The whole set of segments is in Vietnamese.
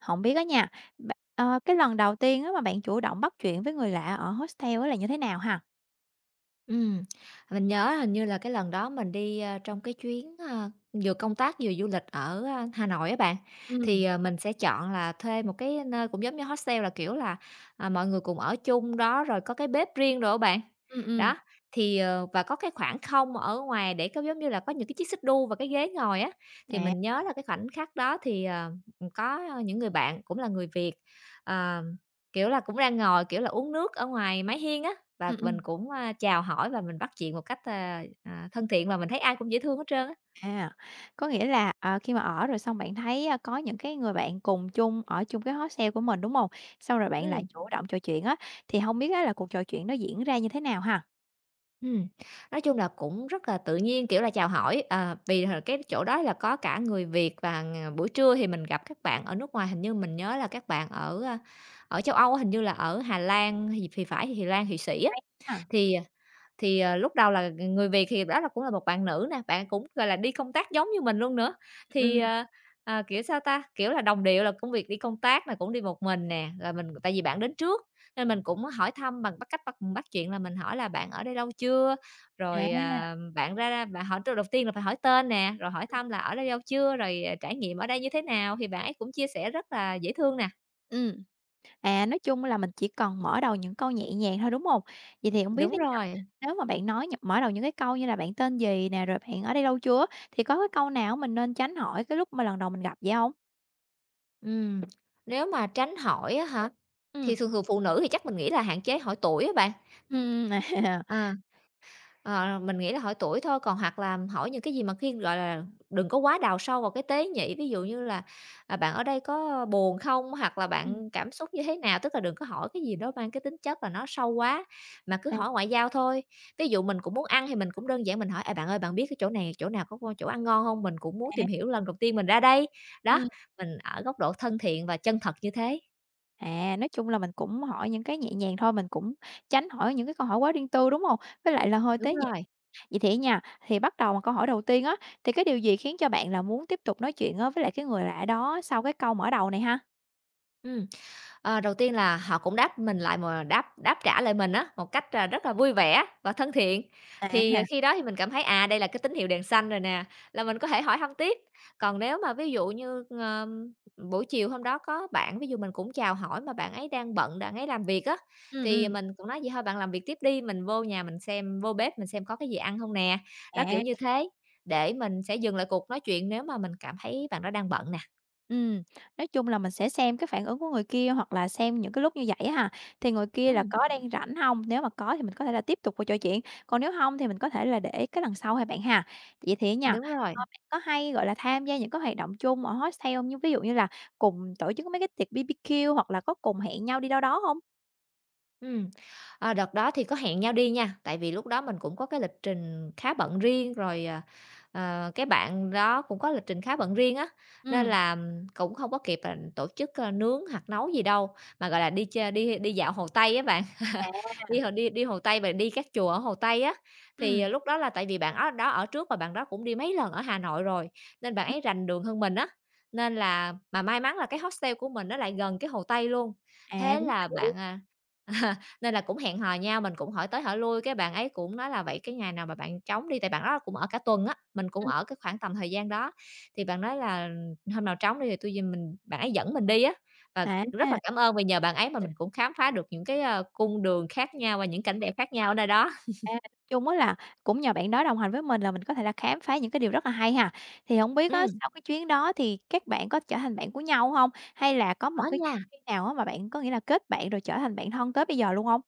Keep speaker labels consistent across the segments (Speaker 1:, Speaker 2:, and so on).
Speaker 1: Không biết á nha, b cái lần đầu tiên á mà bạn chủ động bắt chuyện với người lạ ở hostel á là như thế nào ha?
Speaker 2: Ừm, mình nhớ hình như là cái lần đó mình đi, trong cái chuyến, vừa công tác vừa du lịch ở, Hà Nội á bạn,
Speaker 1: Ừ,
Speaker 2: thì, mình sẽ chọn là thuê một cái nơi cũng giống như hostel là, kiểu là, mọi người cùng ở chung đó, rồi có cái bếp riêng rồi á bạn.
Speaker 1: ừ.
Speaker 2: Đó, thì, và có cái khoảng không ở ngoài để có giống như là có những cái chiếc xích đu và cái ghế ngồi á, thì
Speaker 1: À.
Speaker 2: mình nhớ là cái khoảnh khắc đó thì, có những người bạn cũng là người Việt, ờ, kiểu là, cũng đang ngồi, kiểu là, uống nước ở ngoài mái hiên á, và mình
Speaker 1: Ừm.
Speaker 2: cũng, chào hỏi và mình bắt chuyện một cách, thân thiện và mình thấy ai cũng dễ thương hết trơn á.
Speaker 1: À, có nghĩa là, khi mà ở rồi xong bạn thấy, có những cái người bạn cùng chung ở chung cái hostel của mình, đúng không? Xong rồi bạn lại
Speaker 2: Ừm,
Speaker 1: chủ động trò chuyện á, thì không biết á là cuộc trò chuyện nó diễn ra như thế nào ha?
Speaker 2: ừm, nói chung là cũng rất là tự nhiên, kiểu là, chào hỏi, vì h cái chỗ đó là có cả người Việt và, buổi trưa thì mình gặp các bạn ở nước ngoài, hình như mình nhớ là các bạn ở, ở châu Âu hình như là ở Hà Lan hay thì phải, Hà Lan, Thụy Sĩ á.
Speaker 1: À.
Speaker 2: Thì à, Thì lúc đầu là người Việt thì đó là cũng là một bạn nữ nè, bạn cũng, gọi là, đi công tác giống như mình luôn nữa. Thì,
Speaker 1: Ừm.
Speaker 2: kiểu, sao ta, kiểu là, đồng điệu là công việc đi công tác là cũng đi một mình nè, rồi mình tại vì bạn đến trước nên mình cũng hỏi thăm bằng bắt cách bắt bắt chuyện là mình hỏi là "Bạn ở đây lâu chưa?"
Speaker 1: À.
Speaker 2: Rồi, bạn ra bạn hỏi đầu tiên là phải hỏi tên nè, rồi hỏi thăm là "Ở đây lâu chưa?" Rồi, "Trải nghiệm ở đây như thế nào?" Thì bạn ấy cũng chia sẻ rất là dễ thương nè.
Speaker 1: Ừm. À, nói chung là mình chỉ cần mở đầu những câu nhẹ nhàng thôi, đúng hông? Vậy thì hông biết
Speaker 2: Đúng
Speaker 1: á nha,
Speaker 2: rồi.
Speaker 1: nếu mà bạn nói mở đầu những cái câu như là "Bạn tên gì?" nè, rồi "Bạn ở đây lâu chưa?" á, thì có cái câu nào mình nên tránh hỏi cái lúc mà lần đầu mình gặp vậy hông?
Speaker 2: Ừm, Nếu mà tránh hỏi á hả? Thì
Speaker 1: Ừm,
Speaker 2: thường thường phụ nữ thì chắc mình nghĩ là hạn chế hỏi tuổi á bạn.
Speaker 1: à,
Speaker 2: À. Ờ, mình nghĩ là hỏi tuổi thôi, còn hoặc là hỏi những cái gì mà khi, gọi là, đừng có quá đào sâu vào cái tế nhị. Ví dụ như là, "Bạn ở đây có buồn không?" hoặc là
Speaker 1: ừm,
Speaker 2: "Bạn cảm xúc như thế nào?" Tức là đừng có hỏi cái gì đó mang cái tính chất là nó sâu quá, mà cứ
Speaker 1: à
Speaker 2: hỏi ngoại giao thôi. Ví dụ mình cũng muốn ăn thì mình cũng đơn giản mình hỏi: "À, bạn ơi, bạn biết cái chỗ này, chỗ nào có con chỗ ăn ngon không Mình cũng muốn tìm
Speaker 1: há,
Speaker 2: hiểu lần đầu tiên mình ra đây." Đó,
Speaker 1: ừm.
Speaker 2: mình ở góc độ thân thiện và chân thật như thế.
Speaker 1: À, nói chung là mình cũng hỏi những cái nhẹ nhàng thôi, mình cũng tránh hỏi những cái câu hỏi quá riêng tư, đúng hông? Với lại là hơi
Speaker 2: Đúng
Speaker 1: tế nhị.
Speaker 2: rồi,
Speaker 1: Vậy thì á nha, thì bắt đầu bằng câu hỏi đầu tiên á, thì cái điều gì khiến cho bạn là muốn tiếp tục nói chuyện á với lại cái người lạ đó sau cái câu mở đầu này ha?
Speaker 2: ừ Đầu tiên là họ cũng đáp mình lại mà đáp đáp trả lại mình á, một cách, rất là vui vẻ và thân thiện.
Speaker 1: À
Speaker 2: Thì,
Speaker 1: ha,
Speaker 2: khi đó thì mình cảm thấy, đây là cái tín hiệu đèn xanh rồi nè, là mình có thể hỏi thăm tiếp. Còn nếu mà ví dụ như, buổi chiều hôm đó có bạn, ví dụ mình cũng chào hỏi mà bạn ấy đang bận, bạn ấy làm việc á, thì
Speaker 1: ừm.
Speaker 2: mình cũng nói: "Vậy thôi bạn làm việc tiếp đi, mình vô nhà mình xem vô bếp mình xem có cái gì ăn không nè." Đó,
Speaker 1: À,
Speaker 2: kiểu như thế, để mình sẽ dừng lại cuộc nói chuyện nếu mà mình cảm thấy bạn đó đang bận nè.
Speaker 1: ừm, nói chung là mình sẽ xem cái phản ứng của người kia hoặc là xem những cái lúc như vậy á ha, thì người kia là
Speaker 2: Ừm,
Speaker 1: có đang rảnh hông? Nếu mà có thì mình có thể là tiếp tục cuộc trò chuyện, còn nếu hông thì mình có thể là để cái lần sau ha bạn ha. Vậy thì á nha,
Speaker 2: Đúng rồi.
Speaker 1: bạn có hay, gọi là, tham gia những cái hoạt động chung ở hostel hông? Như ví dụ như là cùng tổ chức mấy cái tiệc BBQ hoặc là có cùng hẹn nhau đi đâu đó hông?
Speaker 2: Ừm, Đợt đó thì có hẹn nhau đi nha, tại vì lúc đó mình cũng có cái lịch trình khá bận riêng, rồi, cái bạn đó cũng có lịch trình khá bận riêng á, nên
Speaker 1: Ừm,
Speaker 2: là, cũng không có kịp, tổ chức, nướng hoặc nấu gì đâu, mà, gọi là, đi chơi đi đi dạo Hồ Tây á bạn. Đi Hồ Tây và đi các chùa ở Hồ Tây á, thì,
Speaker 1: ừm,
Speaker 2: lúc đó là tại vì bạn đó đó ở trước và bạn đó cũng đi mấy lần ở Hà Nội rồi, nên bạn
Speaker 1: ừm,
Speaker 2: ấy rành đường hơn mình á, nên là mà may mắn là cái hostel của mình nó lại gần cái Hồ Tây luôn,
Speaker 1: à,
Speaker 2: thế
Speaker 1: cũng
Speaker 2: là
Speaker 1: tiện,
Speaker 2: bạn, à Nên là cũng hẹn hò nhau, mình cũng hỏi tới hỏi lui, cái bạn ấy cũng nói là "Vậy cái ngày nào mà bạn trống đi?" Tại bạn đó cũng ở cả tuần á, mình cũng
Speaker 1: ừm,
Speaker 2: ở cái khoảng tầm thời gian đó, thì bạn nói là "Hôm nào trống đi thì tui với mình" bạn ấy dẫn mình đi á. Và rất là
Speaker 1: à.
Speaker 2: cảm ơn vì nhờ bạn ấy mà mình cũng khám phá được những cái, cung đường khác nhau và những cảnh đẹp khác nhau ở nơi đó.
Speaker 1: À, nói chung á là cũng nhờ bạn đó đồng hành với mình là mình có thể là khám phá những cái điều rất là hay ha. Thì hổng biết á,
Speaker 2: Ừm,
Speaker 1: sau cái chuyến đó thì các bạn có trở thành bạn của nhau hông? Hay là có một
Speaker 2: có
Speaker 1: cái chuyến
Speaker 2: nha.
Speaker 1: đi nào á mà bạn có nghĩa là kết bạn rồi trở thành bạn thân tới bây giờ luôn hông?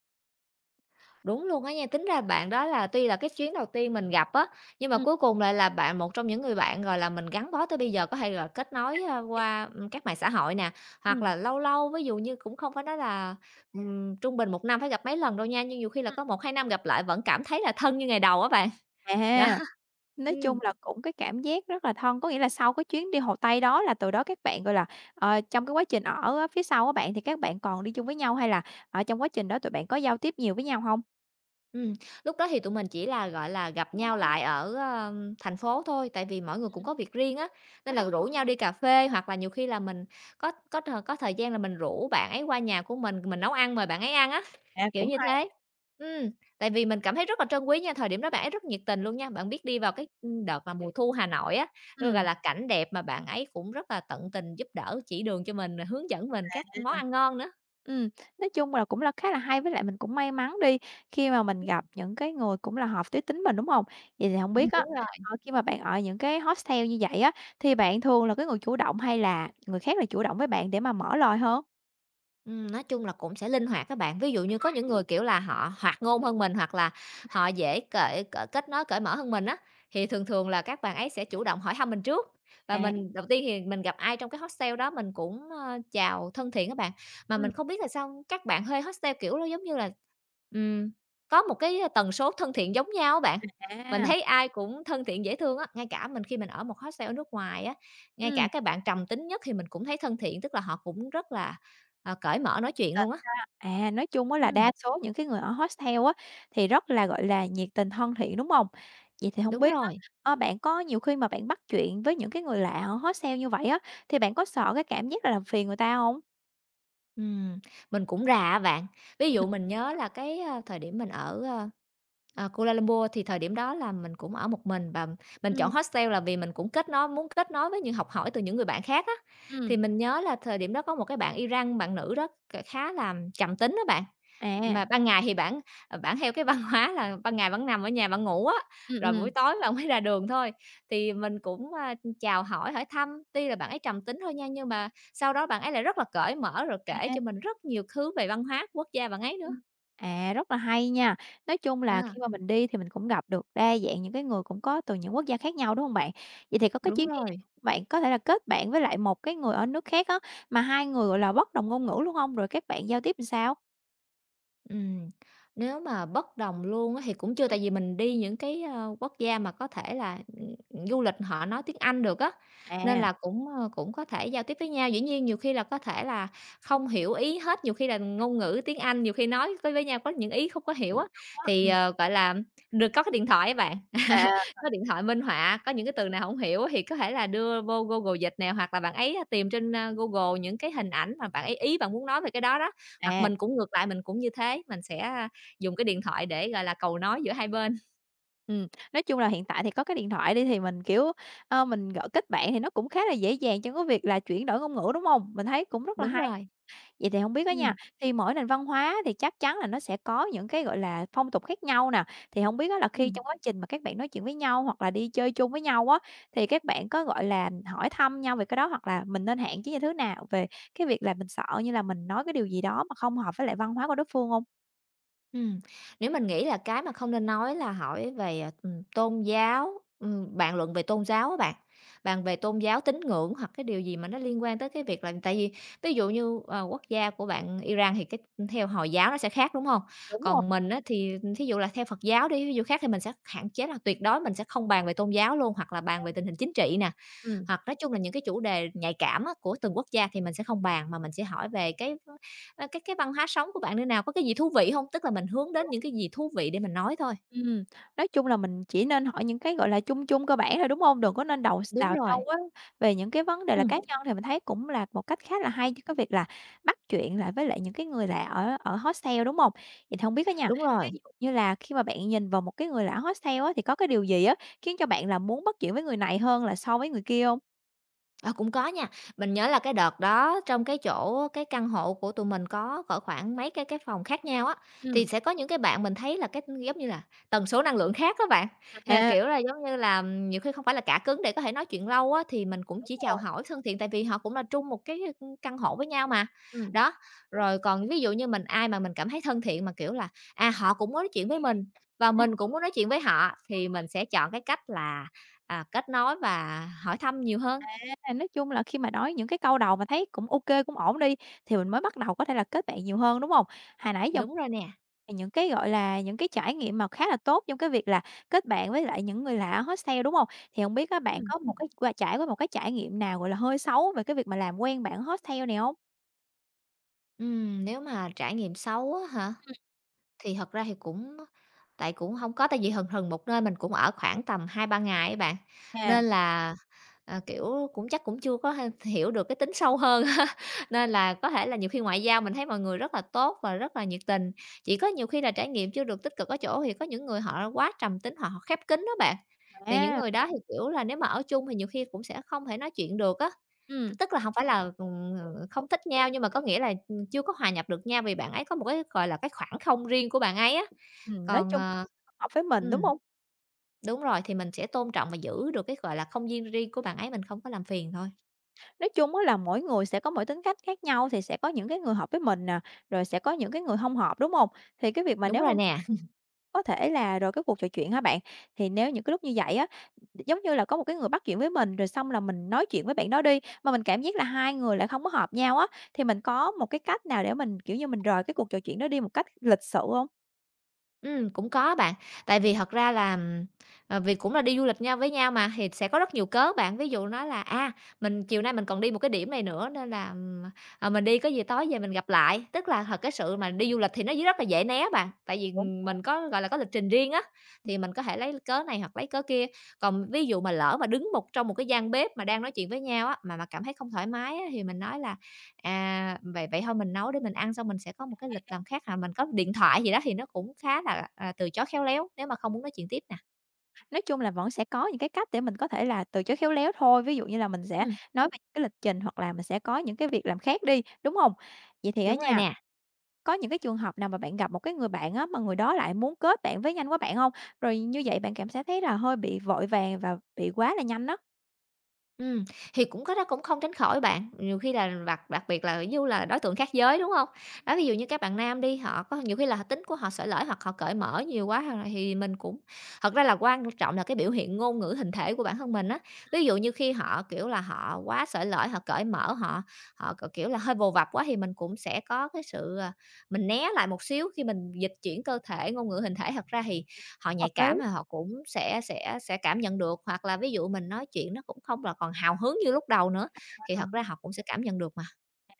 Speaker 2: Đúng luôn á nha, tính ra bạn đó là tuy là cái chuyến đầu tiên mình gặp á, nhưng mà
Speaker 1: Ừm,
Speaker 2: cuối cùng lại là bạn một trong những người bạn, gọi là, mình gắn bó tới bây giờ, có thể là kết nối,
Speaker 1: thì
Speaker 2: qua, các mạng xã hội nè. Hoặc
Speaker 1: ừm.
Speaker 2: là lâu lâu, ví dụ như cũng không phải nói là, trung bình một năm phải gặp mấy lần đâu nha, nhưng nhiều khi là
Speaker 1: Ừm.
Speaker 2: có một hai năm gặp lại vẫn cảm thấy là thân như ngày đầu á bạn. Đó.
Speaker 1: À,
Speaker 2: ừ
Speaker 1: nói chung là cũng cái cảm giác rất là thân, có nghĩa là sau cái chuyến đi Hồ Tây đó là từ đó các bạn, gọi là, trong cái quá trình ở á phía sau á bạn thì các bạn còn đi chung với nhau hay là, trong quá trình đó tụi bạn có giao tiếp nhiều với nhau hông?
Speaker 2: Ừm, Lúc đó thì tụi mình chỉ là, gọi là, gặp nhau lại ở, thành phố thôi, tại vì mỗi người cũng
Speaker 1: Ừm.
Speaker 2: có việc riêng á, nên là rủ nhau đi cà phê hoặc là nhiều khi là mình có thời gian là mình rủ bạn ấy qua nhà của mình nấu ăn mời bạn ấy ăn á,
Speaker 1: À,
Speaker 2: kiểu
Speaker 1: cũng
Speaker 2: như
Speaker 1: hay.
Speaker 2: thế. Ừ, tại vì mình cảm thấy rất là trân quý nha, thời điểm đó bạn ấy rất nhiệt tình luôn nha. Bạn biết đi vào cái, đợt mà mùa thu Hà Nội á, nó, gọi
Speaker 1: Ừm.
Speaker 2: là, cảnh đẹp mà bạn ấy cũng rất là tận tình giúp đỡ, chỉ đường cho mình, hướng dẫn mình các món ăn ngon nữa.
Speaker 1: Ừm, nói chung là cũng là khá là hay, với lại mình cũng may mắn đi, khi mà mình gặp những cái người cũng là hợp giới tính mình, đúng không? Vậy thì không biết á,
Speaker 2: Đúng.
Speaker 1: khi mà bạn ở những cái hostel như vậy á, thì bạn thường là cái người chủ động hay là người khác là chủ động với bạn để mà mở lời hơn?
Speaker 2: Nói chung là cũng sẽ linh hoạt các bạn. Ví dụ như có những người, kiểu là, họ hoạt ngôn hơn mình hoặc là họ dễ cởi cởi kết nối, cởi mở hơn mình á, thì thường thường là các bạn ấy sẽ chủ động hỏi thăm mình trước. Và
Speaker 1: À,
Speaker 2: mình đầu tiên thì mình gặp ai trong cái hostel đó mình cũng, chào thân thiện các bạn. Mà
Speaker 1: ừm,
Speaker 2: mình không biết là sao các bạn thuê hostel, kiểu, nó giống như là, ừm, có một cái tần số thân thiện giống nhau á bạn. Mình
Speaker 1: à,
Speaker 2: thấy ai cũng thân thiện dễ thương á, ngay cả mình khi mình ở một hostel ở nước ngoài á, ngay cả
Speaker 1: ừm,
Speaker 2: cái bạn trầm tính nhất thì mình cũng thấy thân thiện, tức là họ cũng rất là cởi mở nói chuyện luôn á.
Speaker 1: à, nói chung á là
Speaker 2: Ừm,
Speaker 1: đa số những cái người ở hostel á, thì rất là, gọi là, nhiệt tình, thân thiện, đúng không? Vậy thì không
Speaker 2: Đúng
Speaker 1: biết á,
Speaker 2: rồi.
Speaker 1: bạn có nhiều khi mà bạn bắt chuyện với những cái người lạ ở hostel như vậy á, thì bạn có sợ cái cảm giác là làm phiền người ta không?
Speaker 2: Ừm, mình cũng ra á bạn. Ví dụ mình nhớ là cái, thời điểm mình ở, Kuala Lumpur thì thời điểm đó là mình cũng ở một mình và mình chọn
Speaker 1: Ừm,
Speaker 2: hostel là vì mình cũng kết nối muốn kết nối với những học hỏi từ những người bạn khác á. Thì
Speaker 1: ừm,
Speaker 2: mình nhớ là thời điểm đó có một cái bạn Iran, bạn nữ đó khá là trầm tính đó bạn,
Speaker 1: à,
Speaker 2: mà ban ngày thì bản theo cái văn hóa là ban ngày vẫn nằm ở nhà bạn ngủ á,
Speaker 1: ừm,
Speaker 2: rồi buổi
Speaker 1: ừm,
Speaker 2: tối bạn mới ra đường thôi. Thì mình cũng, chào hỏi, hỏi thăm, tuy là bạn ấy trầm tính thôi nha, nhưng mà sau đó bạn ấy lại rất là cởi mở rồi kể
Speaker 1: à,
Speaker 2: cho mình rất nhiều thứ về văn hóa của quốc gia bạn ấy nữa.
Speaker 1: ừm. À, rất là hay nha. Nói chung là
Speaker 2: À,
Speaker 1: khi mà mình đi thì mình cũng gặp được đa dạng những cái người cũng có từ những quốc gia khác nhau, đúng hông bạn? Vậy thì có cái
Speaker 2: đúng
Speaker 1: chuyến đi
Speaker 2: rồi.
Speaker 1: này bạn có thể là kết bạn với lại một cái người ở nước khác á, mà hai người, gọi là, bất đồng ngôn ngữ luôn hông? Rồi các bạn giao tiếp làm sao?
Speaker 2: Ừm, Nếu mà bất đồng luôn á thì cũng chưa,
Speaker 1: Ừm,
Speaker 2: tại vì mình đi những cái, quốc gia mà có thể là, du lịch họ nói tiếng Anh được á, nên
Speaker 1: à,
Speaker 2: là cũng có thể giao tiếp với nhau. Dĩ nhiên nhiều khi là có thể là không hiểu ý hết, nhiều khi là ngôn ngữ tiếng Anh, nhiều khi nói với nhau có những ý không có hiểu á,
Speaker 1: đó,
Speaker 2: thì, ờ, gọi là, được có cái điện thoại á bạn,
Speaker 1: à,
Speaker 2: có điện thoại minh họa, có những cái từ nào không hiểu á thì có thể là đưa vô Google Dịch nè, hoặc là bạn ấy tìm trên, a, Google những cái hình ảnh mà bạn ấy ý bạn muốn nói về cái đó đó, Hoặc
Speaker 1: à,
Speaker 2: mình cũng ngược lại, mình cũng như thế, mình sẽ, à, dùng cái điện thoại để, gọi là, cầu nói giữa hai bên.
Speaker 1: ừm, nói chung là hiện tại thì có cái điện thoại đi thì mình, kiểu, mình gọi kết bạn thì nó cũng khá là dễ dàng trong cái việc là chuyển đổi ngôn ngữ, đúng hông? Mình thấy cũng rất là
Speaker 2: Đúng
Speaker 1: hay.
Speaker 2: rồi,
Speaker 1: Vậy thì không biết á nha,
Speaker 2: ừm,
Speaker 1: thì mỗi nền văn hóa thì chắc chắn là nó sẽ có những cái, gọi là, phong tục khác nhau nè, thì hổng biết á là khi
Speaker 2: ừm.
Speaker 1: trong quá trình mà các bạn nói chuyện với nhau hoặc là đi chơi chung với nhau á, thì các bạn có, gọi là, hỏi thăm nhau về cái đó hoặc là mình nên hạn chế như thế nào về cái việc là mình sợ như là mình nói cái điều gì đó mà không hợp với lại văn hóa của đối phương hông?
Speaker 2: Ừm, nếu mình nghĩ là cái mà không nên nói là hỏi về, à, tôn giáo, bàn luận về tôn giáo các bạn, bàn về tôn giáo, tín ngưỡng hoặc cái điều gì mà nó liên quan tới cái việc là tại vì ví dụ như, ờ, quốc gia của bạn Iran thì cái theo Hồi giáo nó sẽ khác, đúng không?
Speaker 1: Đúng rồi.
Speaker 2: Còn mình á thì thí dụ là theo Phật giáo đi, ví dụ khác thì mình sẽ hạn chế là tuyệt đối mình sẽ không bàn về tôn giáo luôn, hoặc là bàn về tình hình chính trị nè,
Speaker 1: Ừm.
Speaker 2: hoặc nói chung là những cái chủ đề nhạy cảm á của từng quốc gia thì mình sẽ không bàn, mà mình sẽ hỏi về cái Ờ, cái văn hóa sống của bạn nơi nào? Có cái gì thú vị hông? Tức là mình hướng đến những cái gì thú vị để mình nói thôi.
Speaker 1: Ừm, nói chung là mình chỉ nên hỏi những cái, gọi là, chung chung cơ bản thôi, đúng hông? Đừng có nên đầu s
Speaker 2: Đúng
Speaker 1: đào
Speaker 2: rồi,
Speaker 1: sâu quá về những cái vấn đề là
Speaker 2: ừm,
Speaker 1: cá nhân, thì mình thấy cũng là một cách khá là hay cho cái việc là bắt chuyện lại với lại những cái người lạ ở ở hostel, đúng hông? Vậy thì hông biết á nha,
Speaker 2: đúng rồi.
Speaker 1: ví dụ như là khi mà bạn nhìn vào một cái người lạ hostel á, thì có cái điều gì á khiến cho bạn là muốn bắt chuyện với người này hơn là so với người kia hông?
Speaker 2: Ờ, cũng có nha. Mình nhớ là cái đợt đó trong cái chỗ cái căn hộ của tụi mình có cỡ khoảng mấy cái phòng khác nhau á, thì
Speaker 1: Ừm,
Speaker 2: sẽ có những cái bạn mình thấy là cái giống như là tần số năng lượng khác các bạn. Thì là,
Speaker 1: à,
Speaker 2: kiểu là, giống như là, nhiều khi không phải là cả cứng để có thể nói chuyện lâu á, thì mình cũng
Speaker 1: đúng
Speaker 2: chỉ chào
Speaker 1: rồi,
Speaker 2: hỏi thân thiện tại vì họ cũng là chung một cái, căn hộ với nhau mà.
Speaker 1: ừm,
Speaker 2: Đó, rồi còn ví dụ như mình ai mà mình cảm thấy thân thiện mà, kiểu là, à, họ cũng muốn nói chuyện với mình và mình cũng muốn nói chuyện với họ thì mình sẽ chọn cái cách là, à, kết nối và hỏi thăm nhiều hơn.
Speaker 1: nên là nói chung là khi mà nói những cái câu đầu mà thấy cũng ô kê, cũng ổn đi, thì mình mới bắt đầu có thể là kết bạn nhiều hơn, đúng hông? Hồi nãy giờ
Speaker 2: Đúng rồi nè.
Speaker 1: những cái, gọi là, những cái trải nghiệm mà khá là tốt trong cái việc là kết bạn với lại những người lạ ở hostel, đúng hông? Thì hông biết á bạn
Speaker 2: Ừm,
Speaker 1: có một cái trải qua một cái trải nghiệm nào, gọi là, hơi xấu về cái việc mà làm quen bạn ở hostel này hông?
Speaker 2: nếu mà trải nghiệm xấu á hả?
Speaker 1: Ừm.
Speaker 2: Thì thật ra thì cũng tại cũng hông có, tại vì hừng hừng một nơi mình cũng ở khoảng tầm hai ba ngày á bạn,
Speaker 1: À,
Speaker 2: nên là, ờ, kiểu, cũng chắc cũng chưa có hiểu được cái tính sâu hơn á, nên là có thể là nhiều khi ngoại giao mình thấy mọi người rất là tốt và rất là nhiệt tình, chỉ có nhiều khi là trải nghiệm chưa được tích cực ở chỗ thì có những người họ quá trầm tính, họ họ khép kín á bạn, thì những
Speaker 1: à,
Speaker 2: người đó thì, kiểu là, nếu mà ở chung thì nhiều khi cũng sẽ không thể nói chuyện được á. T
Speaker 1: ừm.
Speaker 2: tức là hổng phải là, không thích nhau nhưng mà có nghĩa là chưa có hòa nhập được nha, vì bạn ấy có một cái, gọi là, cái khoảng không riêng của bạn ấy á.
Speaker 1: Ừm, nói
Speaker 2: Còn,
Speaker 1: chung hợp với mình, đúng
Speaker 2: ừm,
Speaker 1: hông?
Speaker 2: đúng rồi, thì mình sẽ tôn trọng và giữ được cái, gọi là, không gian riêng của bạn ấy, mình không có làm phiền thôi.
Speaker 1: Nói chung á là mỗi người sẽ có mỗi tính cách khác nhau, thì sẽ có những cái người hợp với mình nè, rồi sẽ có những cái người hông hợp, đúng hông? Thì cái việc mà
Speaker 2: Đúng
Speaker 1: nếu
Speaker 2: rồi
Speaker 1: hông
Speaker 2: nè.
Speaker 1: có thể là rồi cái cuộc trò chuyện hả bạn? Thì nếu những cái lúc như vậy á, giống như là có một cái người bắt chuyện với mình, rồi xong là mình nói chuyện với bạn đó đi, mà mình cảm giác là hai người lại không có hợp nhau á, thì mình có một cái cách nào để mình, kiểu như, mình rời cái cuộc trò chuyện đó đi một cách lịch sự không?
Speaker 2: Cũng có bạn. Tại vì thật ra là, ờ, vì cũng là đi du lịch nhau với nhau mà, thì sẽ có rất nhiều cớ bạn. Ví dụ nói là, à, mình chiều nay mình còn đi một cái điểm này nữa nên là, ờ, mình đi có gì tối về mình gặp lại. Tức là thật cái sự mà đi du lịch thì nó rất là dễ né bạn, tại vì, mình có, gọi là, có lịch trình riêng á, thì mình có thể lấy cớ này hoặc lấy cớ kia. Còn ví dụ mà lỡ mà đứng một trong một cái gian bếp mà đang nói chuyện với nhau á, mà cảm thấy không thoải mái á, thì mình nói là À, vậy vậy thôi mình nấu để mình ăn xong mình sẽ có một cái lịch làm khác hả? Mình có điện thoại gì đó thì nó cũng khá là, à, từ chối khéo léo, nếu mà không muốn nói chuyện tiếp nè.
Speaker 1: Nói chung là vẫn sẽ có những cái cách để mình có thể là từ chối khéo léo thôi, ví dụ như là mình sẽ
Speaker 2: Ừm,
Speaker 1: nói về cái lịch trình hoặc là mình sẽ có những cái việc làm khác đi, đúng không? Vậy thì á
Speaker 2: đúng rồi
Speaker 1: nha,
Speaker 2: nè.
Speaker 1: có những cái trường hợp nào mà bạn gặp một cái người bạn á, mà người đó lại muốn kết bạn với nhanh quá bạn hông? Rồi như vậy bạn cảm sẽ thấy là hơi bị vội vàng và bị quá là nhanh á.
Speaker 2: Ừm, thì cũng có đó cũng không tránh khỏi bạn, nhiều khi là đặc đặc biệt là ví dụ là đối tượng khác giới, đúng không? Đó, ví dụ như các bạn nam đi, họ có nhiều khi là tính của họ xởi lởi hoặc họ cởi mở nhiều quá hoặc là thì mình cũng thật ra là quan trọng là cái biểu hiện ngôn ngữ hình thể của bản thân mình á. Ví dụ như khi họ, kiểu là, họ quá xởi lởi, họ cởi mở, họ họ, c kiểu là, hơi vồ vập quá thì mình cũng sẽ có cái sự, à, mình né lại một xíu khi mình dịch chuyển cơ thể, ngôn ngữ hình thể. Thật ra thì họ nhạy
Speaker 1: Hợp
Speaker 2: cảm
Speaker 1: lý.
Speaker 2: mà họ cũng sẽ cảm nhận được, hoặc là ví dụ mình nói chuyện nó cũng không là còn hào hứng như lúc đầu nữa, thì
Speaker 1: Ờ,
Speaker 2: thật ra họ cũng sẽ cảm nhận được mà.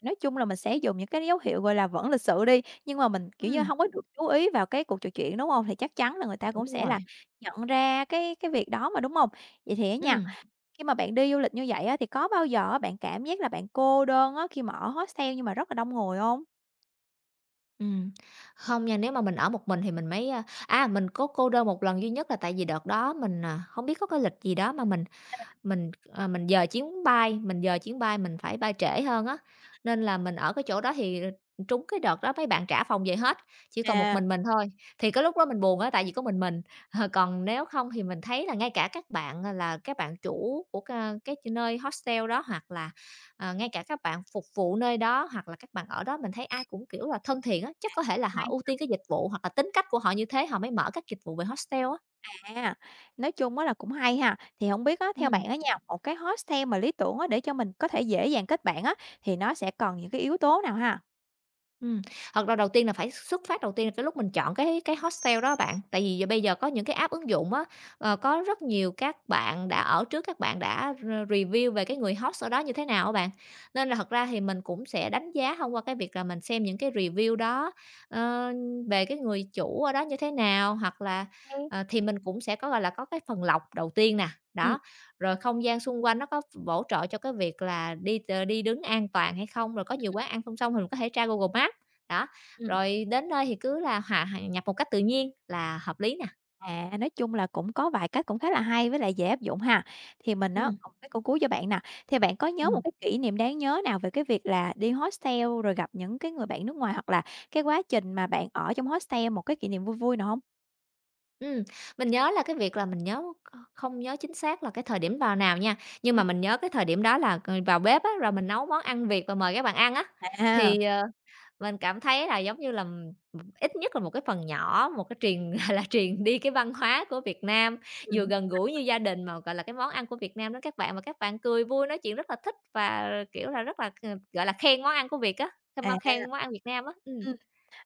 Speaker 1: nói chung là mình sẽ dùng những cái dấu hiệu, gọi là, vẫn lịch sự đi, nhưng mà mình, kiểu như,
Speaker 2: Ừm,
Speaker 1: hông có được chú ý vào cái cuộc trò chuyện, đúng hông? Thì chắc chắn là người ta cũng
Speaker 2: đúng
Speaker 1: sẽ
Speaker 2: rồi,
Speaker 1: là nhận ra cái việc đó mà, đúng hông? Vậy thì á nha,
Speaker 2: ừm,
Speaker 1: khi mà bạn đi du lịch như vậy á, thì có bao giờ á, bạn cảm giác là bạn cô đơn á, khi mà ở hostel nhưng mà rất là đông người hông?
Speaker 2: ừm. Không nha, nếu mà mình ở một mình thì mình mới, mình có cô đơn một lần duy nhất là tại vì đợt đó mình, à, hông biết có cái lịch gì đó mà mình, ờ, mình giờ chuyến bay mình phải bay trễ hơn á, nên là mình ở cái chỗ đó thì, ờ, trúng cái đợt đó mấy bạn trả phòng về hết, chỉ còn một
Speaker 1: À.
Speaker 2: mình thôi. Thì cái lúc đó mình buồn á, tại vì có mình, còn nếu không thì mình thấy là ngay cả các bạn, à, là các bạn chủ của cái nơi hostel đó hoặc là, ờ, ngay cả các bạn phục vụ nơi đó, hoặc là các bạn ở đó mình thấy ai cũng, kiểu là, thân thiện á, chắc có thể là họ ưu tiên cái dịch vụ hoặc là tính cách của họ như thế họ mới mở các dịch vụ về hostel á.
Speaker 1: À, nói chung á là cũng hay ha. Thì không biết á, theo bạn
Speaker 2: Ừm.
Speaker 1: á nha, một cái hostel mà lý tưởng á, để cho mình có thể dễ dàng kết bạn á, thì nó sẽ cần những cái yếu tố nào ha?
Speaker 2: Ừm, thật ra đầu tiên là phải xuất phát đầu tiên là cái lúc mình chọn cái hostel đó bạn, tại vì bây giờ có những cái app ứng dụng á, ờ, có rất nhiều các bạn đã ở trước các bạn đã review về cái người host ở đó như thế nào á bạn. Nên là thật ra thì mình cũng sẽ đánh giá thông qua cái việc là mình xem những cái review đó, ờ, về cái người chủ ở đó như thế nào, hoặc là,
Speaker 1: Ừm.
Speaker 2: ờ, thì mình cũng sẽ có, gọi là, có cái phần lọc đầu tiên nè,
Speaker 1: Ừ,
Speaker 2: đó. Rồi không gian xung quanh nó có bổ trợ cho cái việc là đi ờ, đi đứng an toàn hay không, rồi có nhiều quán ăn không xong thì mình có thể tra Google Maps. Đó,
Speaker 1: ừm.
Speaker 2: rồi đến nơi thì cứ là hòa hòa nhập một cách tự nhiên là hợp lý nè.
Speaker 1: À, nói chung là cũng có vài cách cũng khá là hay với lại dễ áp dụng ha. Thì mình á,
Speaker 2: Ừm,
Speaker 1: còn cái câu cuối cho bạn nè, thì bạn có nhớ một
Speaker 2: ừm,
Speaker 1: cái kỷ niệm đáng nhớ nào về cái việc là đi hostel rồi gặp những cái người bạn nước ngoài, hoặc là cái quá trình mà bạn ở trong hostel một cái kỷ niệm vui vui nào không?
Speaker 2: ừm, mình nhớ là cái việc là mình nhớ không nhớ chính xác là cái thời điểm vào nào nha, nhưng mà
Speaker 1: Ừm.
Speaker 2: mình nhớ cái thời điểm đó là, ờ, vào bếp á, rồi mình nấu món ăn Việt và mời các bạn ăn á,
Speaker 1: À,
Speaker 2: thì, ờ Mình cảm thấy là giống như là, ít nhất là một cái phần nhỏ, một cái truyền, là, truyền đi cái văn hóa của Việt Nam, vừa
Speaker 1: ừm,
Speaker 2: gần gũi như gia đình mà, gọi là, cái món ăn của Việt Nam đó các bạn mà các bạn cười vui, nói chuyện rất là thích và, kiểu là, rất là, ờ, gọi là, khen món ăn của Việt á,
Speaker 1: à.
Speaker 2: khen món ăn Việt Nam á.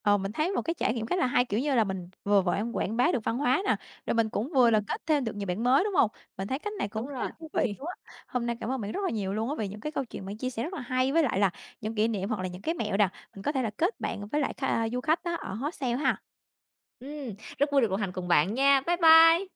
Speaker 1: Ờ, mình thấy một cái trải nghiệm khá là hay, kiểu như là, mình vừa vội em quảng bá được văn hóa nè, rồi mình cũng vừa là
Speaker 2: ừm,
Speaker 1: kết thêm được nhiều bạn mới, đúng hông? Mình thấy cách này
Speaker 2: đúng
Speaker 1: cũng khá
Speaker 2: rồi.
Speaker 1: là thú vị luôn á. Hôm nay cảm ơn bạn rất là nhiều luôn á, vì những cái câu chuyện bạn chia sẻ rất là hay, với lại là những kỷ niệm hoặc là những cái mẹo nè, mình có thể là kết bạn với lại du khách á, ở hostel ha.
Speaker 2: Rất vui được đồng hành cùng bạn nha. Bye bye.